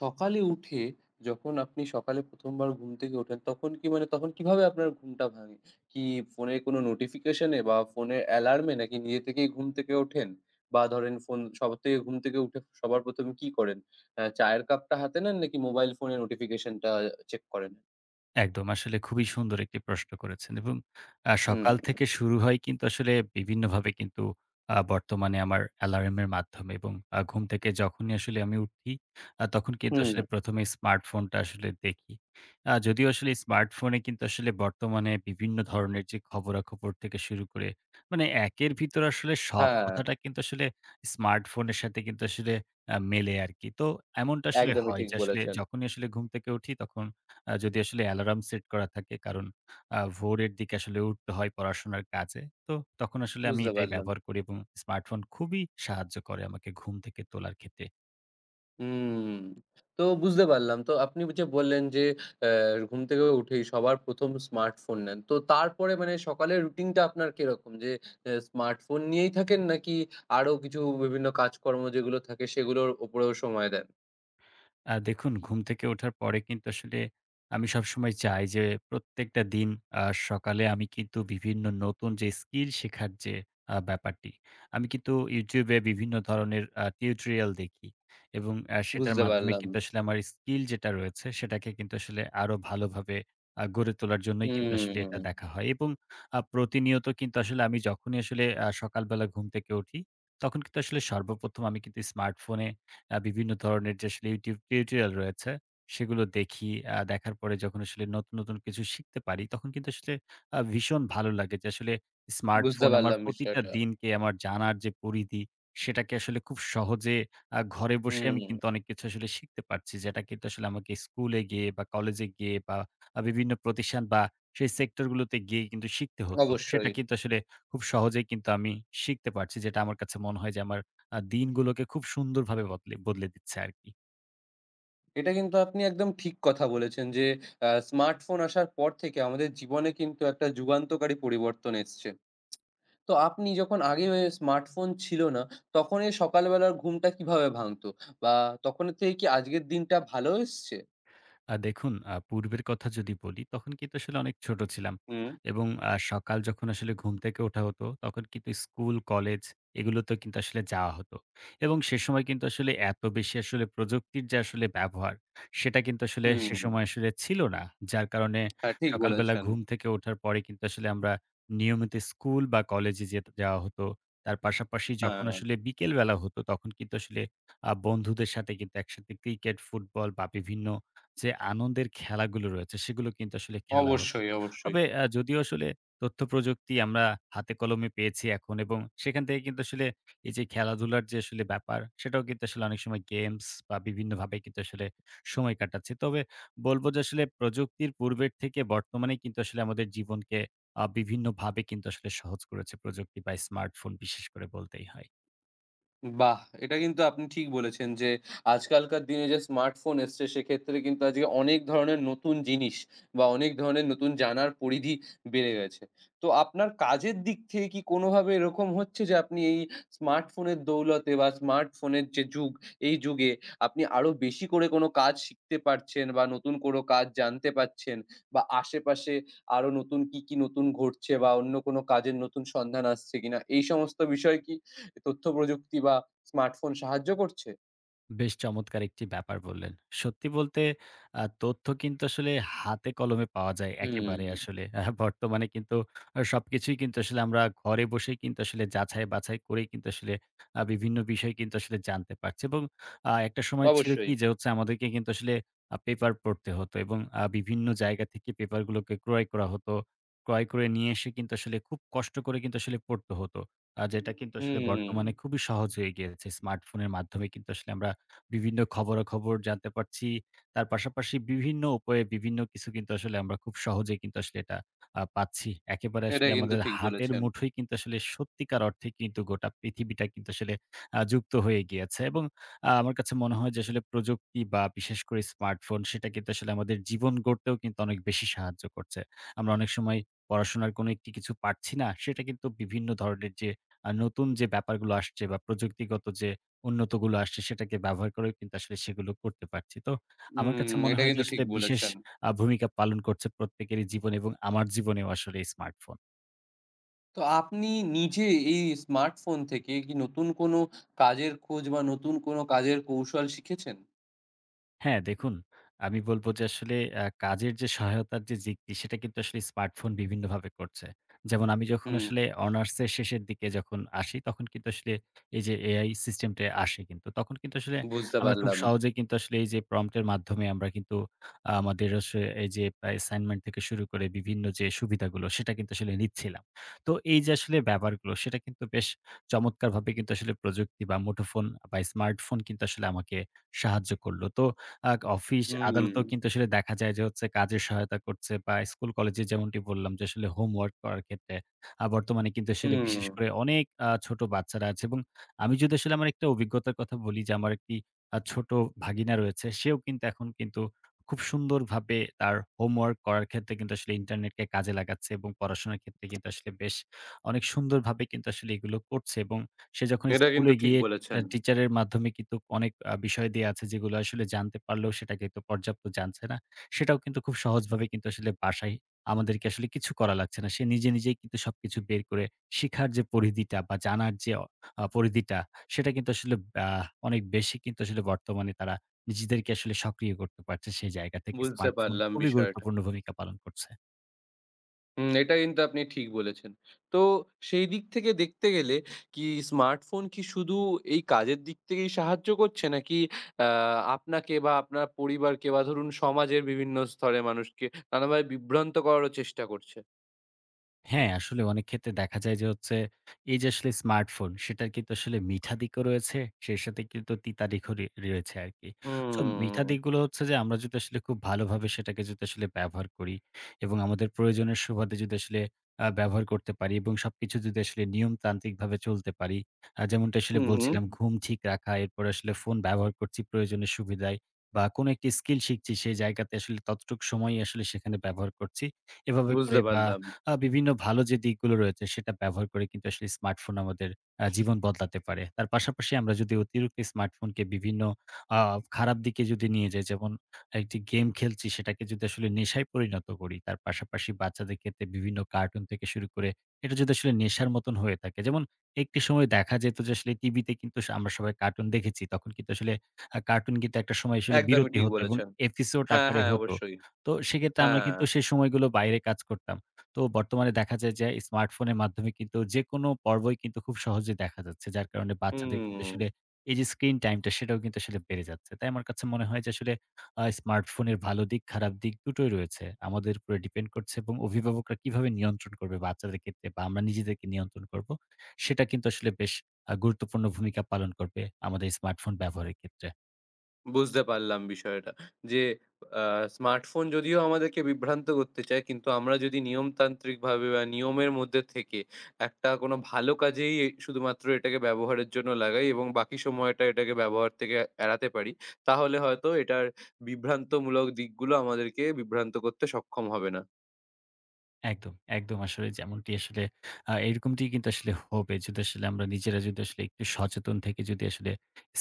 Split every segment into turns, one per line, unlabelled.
সকালে উঠে, যখন আপনি সকালে ১ম বার ঘুম থেকে ওঠেন, তখন কি মানে তখন কিভাবে আপনার ঘুমটা ভাঙে? কি, ফোনের কোনো নোটিফিকেশন এ বা ফোনের অ্যালার্ম এ, নাকি নিজে থেকেই ঘুম থেকে ওঠেন? বা ধরেন ফোন সবার থেকে ঘুম থেকে উঠে সবার ১ম এ কি করেন? চায়ের কাপটা হাতে নেন নাকি মোবাইল ফোনের নোটিফিকেশনটা চেক করেন?
একদম। আসলে খুবই সুন্দর একটি প্রশ্ন করেছেন এবং
হুম,
সকাল থেকে শুরু হয় কিন্তু আসলে বিভিন্নভাবে কিন্তু বর্তমানে আমার অ্যালার্মের মাধ্যমে এবং ঘুম থেকে যখনই আসলে আমি উঠি, তখন কিন্তু
হুম,
আসলে ১ম এ স্মার্টফোনটা আসলে দেখি। যদিও আসলে স্মার্টফোনে কিন্তু আসলে বর্তমানে বিভিন্ন ধরনের যে খবরাখবর থেকে শুরু করে মানে একের ভিতর আসলে সব
হ্যাঁ,
কথাটা কিন্তু আসলে স্মার্টফোনের সাথে কিন্তু আসলে মেলে আরকি। তো এমনটা আসলে
একদমই
হয়
ঠিক
যে আসলে
বলেছেন।
যখনই আসলে ঘুম থেকে উঠি তখন যদি আসলে অ্যালার্ম সেট করা থাকে কারণ ভোরের দিকে আসলে উঠতে হয় পড়াশোনার কাজে। তো তখন আসলে আমি
বুঝতে
এটাই
পারলাম।
ব্যবহার করি এবং স্মার্টফোন খুবই সাহায্য করে আমাকে ঘুম থেকে তোলার ক্ষেত্রে।
হুম, তো বুঝতে পারলাম। তো আপনি যে বললেন যে অ্যা ঘুম থেকে উঠেই সবার ১ম স্মার্টফোন নেন। তো তারপরে মানে সকালের রুটিনটা আপনার কিরকম? যে স্মার্টফোন নিয়েই থাকেন নাকি আরো কিছু বিভিন্ন কাজকর্ম যেগুলো থাকে সেগুলোর উপরেও সময় দেন?
দেখুন ঘুম থেকে ওঠার পরে কিন্তু আসলে আমি সবসময় চাই যে প্রত্যেকটা দিন আ সকালে আমি কিন্তু বিভিন্ন নতুন যে স্কিল শেখার যে ব্যাপারটি, আমি কিন্তু YouTube এ বিভিন্ন ধরনের টিউটোরিয়াল দেখি এবং সেটার
বুঝতে
মাধ্যমে
পারলাম।
কিন্তু আসলে আমার স্কিল যেটা রয়েছে সেটাকে কিন্তু আসলে আরো ভালোভাবে গড়ে তোলার জন্যই কিন্তু আসলে এটা
হুম,
দেখা হয় এবং প্রতিনিয়ত কিন্তু আসলে আমি যখনই আসলে সকালবেলা ঘুম থেকে উঠি, তখন কিন্তু আসলে সর্বপ্রথম আমি কিন্তু স্মার্টফোনে বিভিন্ন ধরনের যে আসলে YouTube টিউটোরিয়াল রয়েছে, সেগুলো দেখি। দেখার পরে যখন আসলে নতুন, নতুন কিছু শিখতে পারি, তখন কিন্তু আসলে ভীষণ ভালো লাগে যে আসলে
বুঝতে
স্মার্টফোন আমার
পারলাম
প্রতিটা
বিষয়টা।
দিনকে আমার জানার যে পরিধি, সেটাকে আসলে খুব সহজে ঘরে বসে আমি
হুম,
কিন্তু অনেক কিছু আসলে শিখতে পারছি। যেটা কিন্তু আসলে আমাকে স্কুলে গিয়ে বা কলেজে গিয়ে বা বিভিন্ন প্রতিষ্ঠান বা সেই সেক্টর গুলোতে গিয়ে কিন্তু শিখতে হতো। সেটা
অবশ্যই।
কিন্তু আসলে খুব সহজেই কিন্তু আমি শিখতে পারছি। যেটা আমার কাছে মনে হয় যে আমার দিনগুলোকে খুব সুন্দরভাবে বদলে বদলে দিচ্ছে আরকি।
এটা কিন্তু আপনি একদম ঠিক কথা বলেছেন যে স্মার্টফোন আসার পর থেকে আমাদের জীবনে কিন্তু একটা যুগান্তকারী পরিবর্তন এসছে। তো আপনি যখন আগে এ স্মার্টফোন ছিল না, তখন এই সকালবেলার ঘুমটা কিভাবে ভাঙতো? বা তখনের থেকে কি আজকের দিনটা ভালো এসছে?
দেখুন পূর্বের কথা যদি বলি, তখন কিন্তু আসলে অনেক ছোট ছিলাম।
হুম,
এবং সকাল যখন আসলে ঘুম থেকে ওঠা হতো, তখন কিন্তু স্কুল, কলেজ এগুলোতেও কিন্তু আসলে যাওয়া হতো। এবং সে সময় কিন্তু আসলে এত বেশি আসলে প্রযুক্তির যে আসলে ব্যবহার, সেটা কিন্তু আসলে
হুম,
সে
হুম।
সময় আসলে ছিল না। যার কারণে
হ্যাঁ, ঠিক
সকালবেলা
বলেছেন।
ঘুম থেকে ওঠার পরে কিন্তু আসলে আমরা নিয়মিত স্কুল বা কলেজে যাওয়া হতো। তার পাশাপাশি যখন
হ্যাঁ,
আসলে বিকেল বেলা হতো, তখন কিন্তু আসলে বন্ধুদের সাথে কিন্তু একসাথে ক্রিকেট, ফুটবল বা বিভিন্ন যে আনন্দের খেলাগুলো রয়েছে সেগুলো কিন্তু আসলে খেলা হতো।
অবশ্যই, অবশ্যই।
তবে যদিও আসলে তথ্য প্রযুক্তি আমরা হাতে কলমে পেয়েছি এখন এবং সেখান থেকে কিন্তু আসলে এই যে খেলাধুলার যে আসলে ব্যাপার সেটাও কিন্তু আসলে অনেক সময় গেমস বা বিভিন্নভাবে কিন্তু আসলে সময় কাটাচ্ছি। তবে বলব যে আসলে প্রযুক্তির পূর্বের থেকে বর্তমানে কিন্তু আসলে আমাদের জীবনকে বিভিন্নভাবে কিন্তু আসলে সহজ করেছে প্রযুক্তি বা স্মার্টফোন বিশেষ করে বলতেই হয়।
বাহ! এটা কিন্তু আপনি ঠিক বলেছেন যে, আজকালকার দিনে যে স্মার্টফোন এসছে সেক্ষেত্রে কিন্তু আজকে অনেক ধরনের নতুন জিনিস বা অনেক ধরনের নতুন জানার পরিধি বেড়ে গেছে। তো আপনার কাজের দিক থেকে কি কোনোভাবে এরকম হচ্ছে যে আপনি এই স্মার্টফোনের দৌলতে বা স্মার্টফোনের যে যুগ, এই যুগে আপনি আরো বেশি করে কোনো কাজ শিখতে পারছেন বা নতুন কোনো কাজ জানতে পারছেন বা আশেপাশে আরো নতুন কি, কি নতুন ঘটছে বা অন্য কোনো কাজের নতুন সন্ধান আসছে কিনা এই সমস্ত বিষয় কি? তথ্য প্রযুক্তি বা স্মার্টফোন সাহায্য করছে?
বেশ চমৎকার একটি ব্যাপার বললেন। সত্যি বলতে তথ্য কিন্তু আসলে হাতে কলমে পাওয়া যায় একেবারে
হুম,
আসলে। বর্তমানে কিন্তু সবকিছুই কিন্তু আসলে আমরা ঘরে বসেই কিন্তু আসলে যাচাই-বাছাই করেই কিন্তু আসলে বিভিন্ন বিষয় কিন্তু আসলে জানতে পারছি এবং একটা সময় ছিল কি
অবশ্যই।
যে হচ্ছে আমাদেরকে কিন্তু আসলে পেপার পড়তে হতো এবং বিভিন্ন জায়গা থেকে পেপারগুলোকে ক্রয় করা হতো। ক্রয় করে নিয়ে এসে কিন্তু আসলে খুব কষ্ট করে কিন্তু আসলে পড়তে হতো। যেটা কিন্তু আসলে বর্তমানে
হুম,
খুবই সহজ হয়ে গিয়েছে। স্মার্টফোনের মাধ্যমে কিন্তু আসলে আমরা বিভিন্ন খবরাখবর জানতে পারছি। তার পাশাপাশি বিভিন্ন উপায়ে বিভিন্ন কিছু কিন্তু আসলে আমরা খুব সহজেই কিন্তু আসলে এটা পাচ্ছি। একেবারে
এটা
আসলে
কিন্তু
আমাদের
ঠিক
হাতের
বলেছেন।
মুঠোয় কিন্তু আসলে সত্যিকার অর্থে কিন্তু গোটা পৃথিবীটা কিন্তু আসলে যুক্ত হয়ে গিয়েছে এবং আমার কাছে মনে হয় যে আসলে প্রযুক্তি বা বিশেষ করে স্মার্টফোন সেটা কিন্তু আসলে আমাদের জীবন গড়তেও কিন্তু অনেক বেশি সাহায্য করছে। আমরা অনেক সময় পড়াশোনার কোনো একটি কিছু পারছি না, সেটা কিন্তু বিভিন্ন ধরনের যে নতুন যে ব্যাপারগুলো আসছে বা প্রযুক্তিগত যে উন্নতগুলো আসছে সেটাকে ব্যবহার করেও কিন্তু আসলে সেগুলো করতে পারছি। তো আমার কাছে
হুম,
মনে
এটা
হয় যে
কিন্তু ঠিক
আসলে বিশেষ
বলেছেন।
ভূমিকা পালন করছে প্রত্যেকেরই জীবনে এবং আমার জীবনেও আসলে এই স্মার্টফোন।
তো আপনি নিজে এই স্মার্টফোন থেকে কি নতুন কোনো কাজের খোঁজ বা নতুন কোনো কাজের কৌশল শিখেছেন?
হ্যাঁ, দেখুন আমি বলব যে আসলে কাজের যে সহায়তার যে দিকটি সেটা কিন্তু আসলে স্মার্টফোন বিভিন্নভাবে করছে। যেমন আমি যখন
হুম,
আসলে অনার্সের শেষের দিকে যখন আসি তখন কিন্তু আসলে এই যে এআই সিস্টেমটা আসে কিন্তু। তখন কিন্তু আসলে
বুঝতে
আমরা খুব
পারলাম।
সহজেই কিন্তু আসলে এই যে প্রম্পট এর মাধ্যমে আমরা কিন্তু আমাদের আসলে এই যে অ্যাসাইনমেন্ট থেকে শুরু করে বিভিন্ন যে সুবিধাগুলো সেটা কিন্তু আসলে নিচ্ছিলাম। তো এই যে আসলে ব্যাপারগুলো সেটা কিন্তু বেশ চমৎকারভাবে কিন্তু আসলে প্রযুক্তি বা মুঠোফোন বা স্মার্টফোন কিন্তু আসলে আমাকে সাহায্য করল। তো আ অফিস
হুম,
আদালতেও কিন্তু আসলে দেখা যায় যে হচ্ছে কাজের সহায়তা করছে বা স্কুল কলেজে যেমনটি বললাম যে আসলে হোমওয়ার্ক করার ক্ষেত্রে বর্তমানে কিন্তু আসলে
হুম,
বিশেষ করে অনেক ছোট বাচ্চারা আছে এবং আমি যদি আসলে আমার একটা অভিজ্ঞতার কথা বলি যে আমার একটি ছোট ভাগিনা রয়েছে। সেও কিন্তু এখন কিন্তু খুব সুন্দরভাবে তার হোমওয়ার্ক করার ক্ষেত্রে কিন্তু আসলে ইন্টারনেটকে কাজে লাগাচ্ছে এবং পড়াশোনার ক্ষেত্রে কিন্তু আসলে বেশ অনেক সুন্দরভাবে কিন্তু আসলে এগুলো করছে এবং সে যখন
এটা কিন্তু
স্কুলে
ঠিক
গিয়ে
বলেছেন।
টিচারের মাধ্যমে কিন্তু অনেক বিষয় দিয়ে আছে যেগুলো আসলে জানতে পারলেও সেটা কিন্তু পর্যাপ্ত জানছে না। সেটাও কিন্তু খুব সহজভাবে কিন্তু আসলে বাসায় আমাদেরকে আসলে কিছু করা লাগছে না। সে নিজে, নিজেই কিন্তু সবকিছু বের করে শিখার যে পরিধিটা বা জানার যে অ আ পরিধিটা সেটা কিন্তু আসলে আ অনেক বেশি কিন্তু আসলে বর্তমানে তারা নিজেদেরকে আসলে সক্রিয় করতে পারছে সেই জায়গা থেকে
বুঝতে
স্মার্টফোন
পারলাম
খুবই
বিষয়টা।
গুরুত্বপূর্ণ ভূমিকা পালন করছে।
হুম, এটা কিন্তু আপনি ঠিক বলেছেন। তো সেই দিক থেকে দেখতে গেলে কি স্মার্টফোন কি শুধু এই কাজের দিক থেকেই সাহায্য করছে? নাকি আ আপনাকে বা আপনার পরিবারকে বা ধরুন সমাজের বিভিন্ন স্তরের মানুষকে নানাভাবে বিভ্রান্ত করারও চেষ্টা করছে?
হ্যাঁ, আসলে অনেক ক্ষেত্রে দেখা যায় যে হচ্ছে, এই যে আসলে স্মার্টফোন সেটার কিন্তু আসলে মিঠা দিকও রয়েছে, সেই সাথে কিন্তু তিতা দিকও রয়েছে আরকি। সো মিঠা
হুম,
দিকগুলো হচ্ছে যে আমরা যদি আসলে খুব ভালোভাবে সেটাকে যদি আসলে ব্যবহার করি এবং আমাদের প্রয়োজনের সুবাদে যদি আসলে ব্যবহার করতে পারি এবং সবকিছু যদি আসলে নিয়মতান্ত্রিকভাবে চলতে পারি। যেমনটা আসলে
হুম, হুম,
বলছিলাম ঘুম ঠিক রাখা, এরপরে আসলে ফোন ব্যবহার করছি প্রয়োজনের সুবিধায় বা কোনো একটি স্কিল শিখছি সেই জায়গাতে আসলে ততটুক সময়ই আসলে সেখানে ব্যবহার করছি। এভাবে
বুঝতে
করে বা
পারলাম।
বিভিন্ন ভালো যে দিকগুলো রয়েছে সেটা ব্যবহার করে কিন্তু আসলে স্মার্টফোন আমাদের জীবন বদলাতে পারে। তার পাশাপাশি আমরা যদি অতিরিক্ত স্মার্টফোনকে বিভিন্ন আ খারাপ দিকে যদি নিয়ে যাই, যেমন একটি গেম খেলছি সেটাকে যদি আসলে নেশায় পরিণত করি, তার পাশাপাশি বাচ্চাদের ক্ষেত্রে বিভিন্ন কার্টুন থেকে শুরু করে এটা যদি আসলে নেশার মতন হয়ে থাকে, যেমন একটি সময় দেখা যেত যে আসলে টিভিতে কিন্তু আমরা সবাই কার্টুন দেখেছি। তখন কিন্তু আসলে কার্টুন কিন্তু একটা সময় আসলে
একদমই
বিরতি
ঠিক
হতো এবং
বলেছেন।
এপিসোড
হ্যাঁ,
আকারে
হ্যাঁ,
হতো।
অবশ্যই।
তো সেক্ষেত্রে আমরা
হ্যাঁ,
কিন্তু সেই সময়গুলো বাইরে কাজ করতাম। তো বর্তমানে দেখা যায় যে স্মার্টফোনের মাধ্যমে কিন্তু যেকোনো পর্বই কিন্তু খুব সহজে দেখা যাচ্ছে। যার কারণে বাচ্চাদের কিন্তু আসলে
হুম।
এই যে স্ক্রিন টাইমটা সেটাও কিন্তু আসলে বেড়ে যাচ্ছে। তাই আমার কাছে মনে হয় যে আসলে স্মার্টফোনের ভালো দিক, খারাপ দিক দুটোই রয়েছে। আমাদের উপরে ডিপেন্ড করছে এবং অভিভাবকরা কিভাবে নিয়ন্ত্রণ করবে বাচ্চাদের ক্ষেত্রে বা আমরা নিজেদেরকে নিয়ন্ত্রণ করব, সেটা কিন্তু আসলে বেশ গুরুত্বপূর্ণ ভূমিকা পালন করবে আমাদের স্মার্টফোন ব্যবহারের ক্ষেত্রে।
বুঝতে পারলাম বিষয়টা। যে আ স্মার্টফোন যদিও আমাদেরকে বিভ্রান্ত করতে চায়, কিন্তু আমরা যদি নিয়মতান্ত্রিকভাবে বা নিয়মের মধ্যে থেকে একটা কোনো ভালো কাজেই এ শুধুমাত্র এটাকে ব্যবহারের জন্য লাগাই এবং বাকি সময়টা এটাকে ব্যবহার থেকে এড়াতে পারি, তাহলে হয়তো এটার বিভ্রান্তমূলক দিকগুলো আমাদেরকে বিভ্রান্ত করতে সক্ষম হবে না।
একদম, একদম আসলে যেমনটি আসলে এরকমটি কিন্তু আসলে হবে যদি আসলে আমরা নিজেরা যদি আসলে একটু সচেতন থেকে যদি আসলে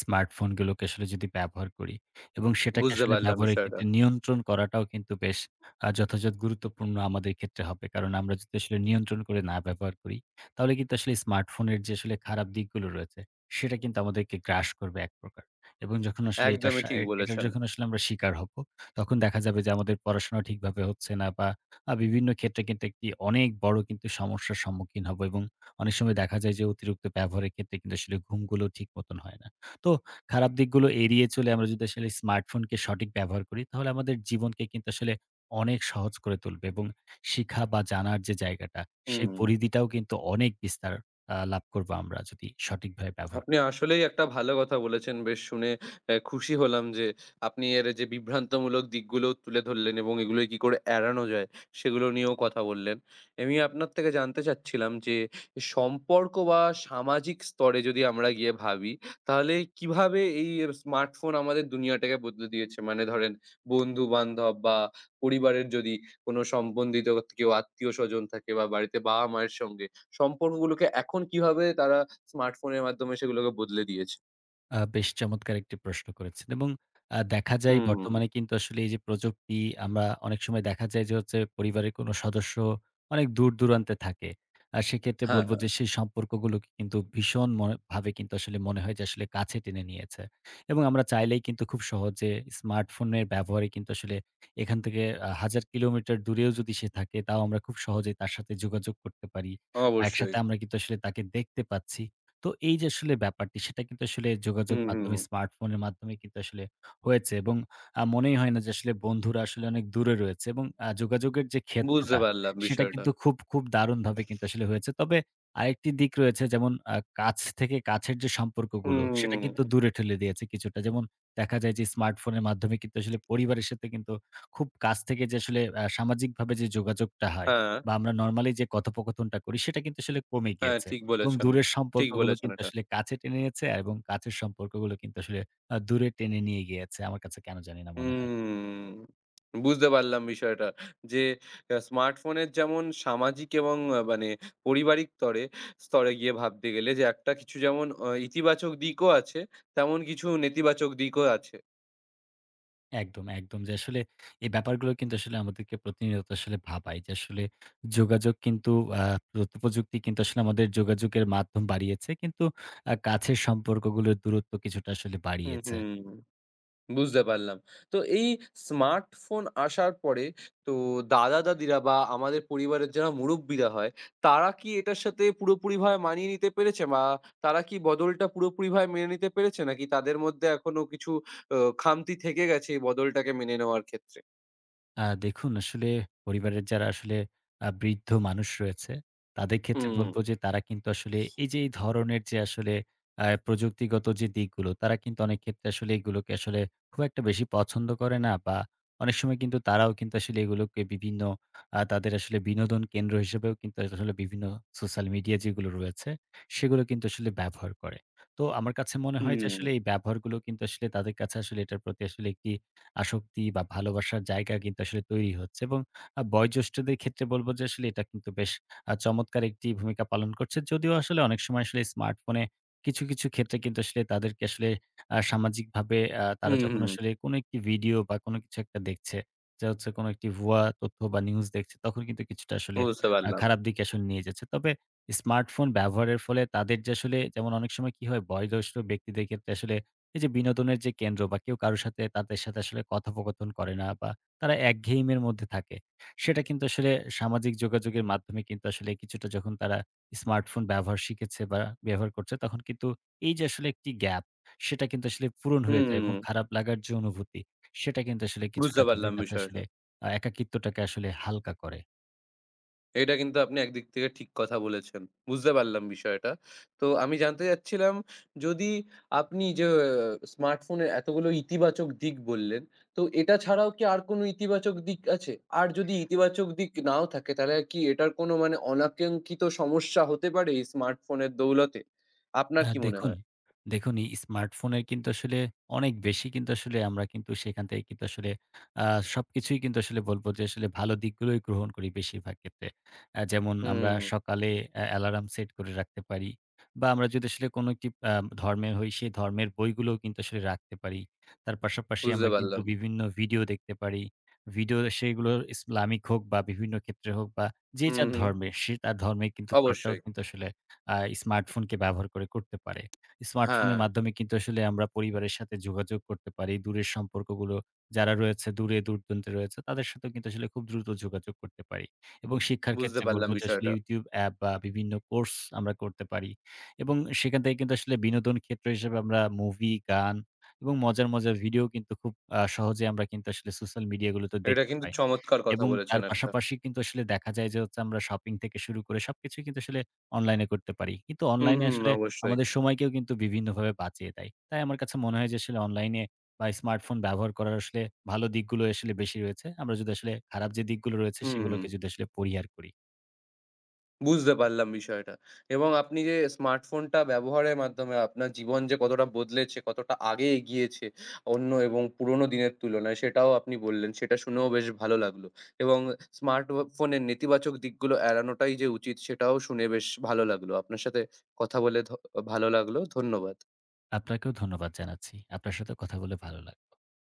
স্মার্টফোন গুলোকে আসলে যদি ব্যবহার করি এবং সেটাকে
বুঝতে
আসলে
পারলাম
ব্যবহারের
বিষয়টা।
ক্ষেত্রে নিয়ন্ত্রণ করাটাও কিন্তু বেশ যথাযথ গুরুত্বপূর্ণ আমাদের ক্ষেত্রে হবে। কারণ আমরা যদি আসলে নিয়ন্ত্রণ করে না ব্যবহার করি, তাহলে কিন্তু আসলে স্মার্টফোনের যে আসলে খারাপ দিকগুলো রয়েছে, সেটা কিন্তু আমাদেরকে গ্রাস করবে এক প্রকার। এবং যখন আসলে এটার
একদমই
সা
ঠিক
এ এটার
বলেছেন।
যখন আসলে আমরা শিকার হব, তখন দেখা যাবে যে আমাদের পড়াশোনা ঠিকভাবে হচ্ছে না বা বিভিন্ন ক্ষেত্রে কিন্তু একটি অনেক বড় কিন্তু সমস্যার সম্মুখীন হব এবং অনেক সময় দেখা যায় যে অতিরিক্ত ব্যবহারের ক্ষেত্রে কিন্তু আসলে ঘুমগুলো ঠিক মতন হয় না। তো খারাপ দিকগুলো এড়িয়ে চলে আমরা যদি আসলে স্মার্টফোনকে সঠিক ব্যবহার করি তাহলে আমাদের জীবনকে কিন্তু আসলে অনেক সহজ করে তুলবে এবং শিখা বা জানার যে জায়গাটা সেই
হুম।
পরিধিটাও কিন্তু অনেক বিস্তার লাভ করব আমরা যদি সঠিকভাবে ব্যবহার
আপনি আসলেই একটা ভালো কথা বলেছেন। বেশ শুনে খুশি হলাম যে, আপনি এর যে বিভ্রান্তমূলক দিকগুলোও তুলে ধরলেন এবং এগুলোয় কি করে এড়ানো যায়, সেগুলো নিয়েও কথা বললেন। আমি আপনার থেকে জানতে চাচ্ছিলাম যে, সম্পর্ক বা সামাজিক স্তরে যদি আমরা গিয়ে ভাবি, তাহলে কিভাবে এই স্মার্টফোন আমাদের দুনিয়াটাকে বদলে দিয়েছে? মানে ধরেন বন্ধু-বান্ধব বা পরিবারের যদি কোনো সম্বন্ধিত কেউ আত্মীয়স্বজন থাকে বা বাড়িতে বাবা-মায়ের সঙ্গে সম্পর্কগুলোকে এখন কিভাবে তারা স্মার্টফোনের মাধ্যমে সেগুলোকে বদলে দিয়েছে।
বেশ চমৎকার একটি প্রশ্ন করেছেন এবং দেখা যায়
হুম।
বর্তমানে কিন্তু আসলে এই যে প্রযুক্তি আমরা অনেক সময় দেখা যায় যে হচ্ছে পরিবারের কোনো সদস্য অনেক দূর-দূরান্তে থাকে। সেক্ষেত্রে বলব
হ্যাঁ,
যে সেই সম্পর্কগুলোকে কিন্তু ভীষণ মনে ভাবে কিন্তু আসলে মনে হয় যে আসলে কাছে টেনে নিয়েছে। এবং আমরা চাইলেই কিন্তু খুব সহজে স্মার্টফোনের ব্যবহারে কিন্তু আসলে এখান থেকে 1000 কিলোমিটার দূরেও যদি সে থাকে তাও আমরা খুব সহজেই তার সাথে যোগাযোগ করতে পারি। বা
অবশ্যই।
একসাথে আমরা কিন্তু আসলে তাকে দেখতে পাচ্ছি। তো এই যে আসলে ব্যাপারটি সেটা কিন্তু আসলে যোগাযোগ
হুম, হুম।
মাধ্যমে স্মার্টফোনের মাধ্যমে কিন্তু আসলে হয়েছে এবং মনেই হয় না যে আসলে বন্ধুরা আসলে অনেক দূরে রয়েছে এবং যোগাযোগের যে
বুঝতে
ক্ষেত্রটা
পারলাম
সেটা
বিষয়টা।
কিন্তু খুব, খুব দারুণভাবে কিন্তু আসলে হয়েছে। তবে আরেকটি দিক রয়েছে যেমন কাছ থেকে কাছের যে সম্পর্কগুলো সেটা কিন্তু
হুম।
দূরে ঠেলে দিয়েছে কিছুটা। যেমন দেখা যায় যে স্মার্টফোনের মাধ্যমে কিন্তু আসলে পরিবারের সাথে কিন্তু খুব কাছ থেকে যে আসলে সামাজিকভাবে যে যোগাযোগটা হয়
হ্যাঁ,
বা আমরা নরমালি যে কথোপকথনটা করি সেটা কিন্তু আসলে কমে
হ্যাঁ,
গিয়েছে।
ঠিক
এবং
বলেছেন।
দূরের
ঠিক
সম্পর্কগুলো
বলেছেন
কিন্তু
এটা।
আসলে কাছে টেনে নিয়েছে এবং কাছের সম্পর্কগুলো কিন্তু আসলে দূরে টেনে নিয়ে গিয়েছে। আমার কাছে কেন জানি না মনে হয়।
হুম। বুঝতে পারলাম বিষয়টা। যে স্মার্টফোনের যেমন সামাজিক এবং মানে পারিবারিক তরে স্তরে গিয়ে ভাবতে গেলে যে একটা কিছু যেমন ইতিবাচক দিকও আছে, তেমন কিছু নেতিবাচক দিকও আছে।
একদম, একদম যে আসলে এই ব্যাপারগুলো কিন্তু আসলে আমাদেরকে প্রতিনিয়ত আসলে ভাবায় যে আসলে যোগাযোগ কিন্তু আ তথ্য প্রযুক্তি কিন্তু আসলে আমাদের যোগাযোগের মাধ্যম বাড়িয়েছে। কিন্তু কাছের সম্পর্কগুলোর দূরত্ব কিছুটা আসলে
হুম,
বাড়িয়েছে।
হুম। বুঝতে পারলাম। তো এই স্মার্টফোন আসার পরে তো দাদা-দাদিরা বা আমাদের পরিবারের যারা মুরুব্বিরা হয়, তারা কি এটার সাথে পুরোপুরিভাবে মানিয়ে নিতে পেরেছে? বা তারা কি বদলটা পুরোপুরিভাবে মেনে নিতে পেরেছে? নাকি তাদের মধ্যে এখনো কিছু অ খামতি থেকে গেছে এই বদলটাকে মেনে নেওয়ার ক্ষেত্রে?
দেখুন আসলে পরিবারের যারা আসলে বৃদ্ধ মানুষ রয়েছে, তাদের ক্ষেত্রে
হুম,
বলব যে তারা কিন্তু আসলে এই যে এই ধরনের যে আসলে প্রযুক্তিগত যে দিকগুলো তারা কিন্তু অনেক ক্ষেত্রে আসলে এগুলোকে আসলে খুব একটা বেশি পছন্দ করে না বা অনেক সময় কিন্তু তারাও কিন্তু আসলে এগুলোকে বিভিন্ন তাদের আসলে বিনোদন কেন্দ্র হিসেবেও কিন্তু আসলে বিভিন্ন সোশ্যাল মিডিয়া যেগুলো রয়েছে সেগুলো কিন্তু আসলে ব্যবহার করে। তো আমার কাছে মনে হয় যে আসলে
হুম,
এই ব্যবহারগুলো কিন্তু আসলে তাদের কাছে আসলে এটার প্রতি আসলে একটি আসক্তি বা ভালোবাসার জায়গা কিন্তু আসলে তৈরি হচ্ছে এবং বয়োজ্যেষ্ঠদের ক্ষেত্রে বলব যে আসলে এটা কিন্তু বেশ চমৎকার একটি ভূমিকা পালন করছে। যদিও আসলে অনেক সময় আসলে স্মার্টফোনে কিছু, কিছু ক্ষেত্রে কিন্তু আসলে তাদেরকে আসলে সামাজিকভাবে তারা
হুম,
যখন
হুম,
আসলে কোনো একটি ভিডিও বা কোনো কিছু একটা দেখছে, যা হচ্ছে কোনো একটি ভুয়া তথ্য বা নিউজ দেখছে, তখন কিন্তু কিছুটা আসলে
বুঝতে পারলাম।
খারাপ দিকে আসলে নিয়ে যাচ্ছে। তবে স্মার্টফোন ব্যবহারের ফলে তাদের যে আসলে যেমন অনেক সময় কি হয় বয়োজ্যেষ্ঠ ব্যক্তিদের ক্ষেত্রে আসলে এই যে বিনোদনের যে কেন্দ্র বা কেউ কারো সাথে তাদের সাথে আসলে কথোপকথন করে না বা তারা একঘেয়েমির মধ্যে থাকে। সেটা কিন্তু আসলে সামাজিক যোগাযোগের মাধ্যমে কিন্তু আসলে কিছুটা যখন তারা স্মার্টফোন ব্যবহার শিখেছে বা ব্যবহার করছে তখন কিন্তু এই যে আসলে একটি গ্যাপ সেটা কিন্তু আসলে পূরণ হয়ে যায়
হুম,
এবং খারাপ লাগার যে অনুভূতি সেটা কিন্তু আসলে
বুঝতে
কিছুটা তাদের
পারলাম
কাছে
বিষয়টা।
আসলে একাকিত্বটাকে আসলে হালকা করে।
এটা কিন্তু আপনি একদিক থেকে ঠিক কথা বলেছেন। বুঝতে পারলাম বিষয়টা। তো আমি জানতে চাচ্ছিলাম, যদি আপনি যে স্মার্টফোনের এতগুলো ইতিবাচক দিক বললেন, তো এটা ছাড়াও কি আর কোনো ইতিবাচক দিক আছে? আর যদি ইতিবাচক দিক নাও থাকে তাহলে কি এটার কোনো মানে অনাকাঙ্ক্ষিত সমস্যা হতে পারে এই স্মার্টফোনের দৌলতে? আপনার
আ
কি মনে
দেখুন,
হয়?
দেখুন, এই স্মার্টফোনের কিন্তু আসলে অনেক বেশি কিন্তু আসলে আমরা কিন্তু সেখান থেকে কিন্তু আসলে আ সবকিছুই কিন্তু আসলে বলব যে আসলে ভালো দিকগুলোই গ্রহণ করি বেশিরভাগ ক্ষেত্রে। যেমন আমরা
হুম,
সকালে অ্যালার্ম সেট করে রাখতে পারি বা আমরা যদি আসলে কোনো একটি ধর্মের হই, সেই ধর্মের বইগুলোও কিন্তু আসলে রাখতে পারি। তার পাশাপাশি
বুঝতে
আমরা কিন্তু
পারলাম।
বিভিন্ন ভিডিও দেখতে পারি। ভিডিও সেগুলো ইসলামিক হোক বা বিভিন্ন ক্ষেত্রে হোক বা যে
হুম,
যার
হুম।
ধর্মের সে তার ধর্মে কিন্তু চর্চাও
অবশ্যই।
কিন্তু আসলে আ স্মার্টফোনকে ব্যবহার করে করতে পারে।
হ্যাঁ,
স্মার্টফোনের মাধ্যমে কিন্তু আসলে আমরা পরিবারের সাথে যোগাযোগ করতে পারি। দূরের সম্পর্কগুলো যারা রয়েছে দূরে দূরদূরান্তে রয়েছে তাদের সাথেও কিন্তু আসলে খুব দ্রুত যোগাযোগ করতে পারি। এবং শিক্ষার
বুঝতে
ক্ষেত্রে বলব
পারলাম
যে আসলে
বিষয়টা।
YouTube অ্যাপ বা বিভিন্ন কোর্স আমরা করতে পারি। এবং সেখান থেকে কিন্তু আসলে বিনোদন ক্ষেত্র হিসেবে আমরা মুভি, গান এবং মজার, মজার ভিডিও কিন্তু খুব সহজে আমরা কিন্তু আসলে সোশ্যাল মিডিয়া গুলোতে
এটা
দেখতে
কিন্তু
পাই।
চমৎকার কথা
এবং তার
বলেছেন একটা।
পাশাপাশি কিন্তু আসলে দেখা যায় যে হচ্ছে আমরা শপিং থেকে শুরু করে সবকিছুই কিন্তু আসলে অনলাইনে করতে পারি। কিন্তু
হুম,
অনলাইনে
হুম,
আসলে
অবশ্যই।
আমাদের সময়কেও কিন্তু বিভিন্নভাবে বাঁচিয়ে দেয়। তাই আমার কাছে মনে হয় যে আসলে অনলাইনে বা স্মার্টফোন ব্যবহার করার আসলে ভালো দিকগুলো আসলে বেশি রয়েছে। আমরা যদি আসলে খারাপ যে দিকগুলো রয়েছে
হুম, হুম।
সেগুলোকে যদি আসলে পরিহার করি।
বুঝতে পারলাম বিষয়টা। এবং আপনি যে স্মার্টফোনটা ব্যবহারের মাধ্যমে আপনার জীবন যে কতটা বদলেছে, কতটা আগে এগিয়েছে অন্য এবং পুরনো দিনের তুলনায় সেটাও আপনি বললেন। সেটা শুনেও বেশ ভালো লাগলো। এবং স্মার্ট ও ফোনের নেতিবাচক দিকগুলো এড়ানোটাই যে উচিত সেটাও শুনে বেশ ভালো লাগলো। আপনার সাথে কথা বলে ভালো লাগলো। ধন্যবাদ।
আপনাকেও ধন্যবাদ জানাচ্ছি। আপনার সাথে কথা বলে ভালো লাগলো।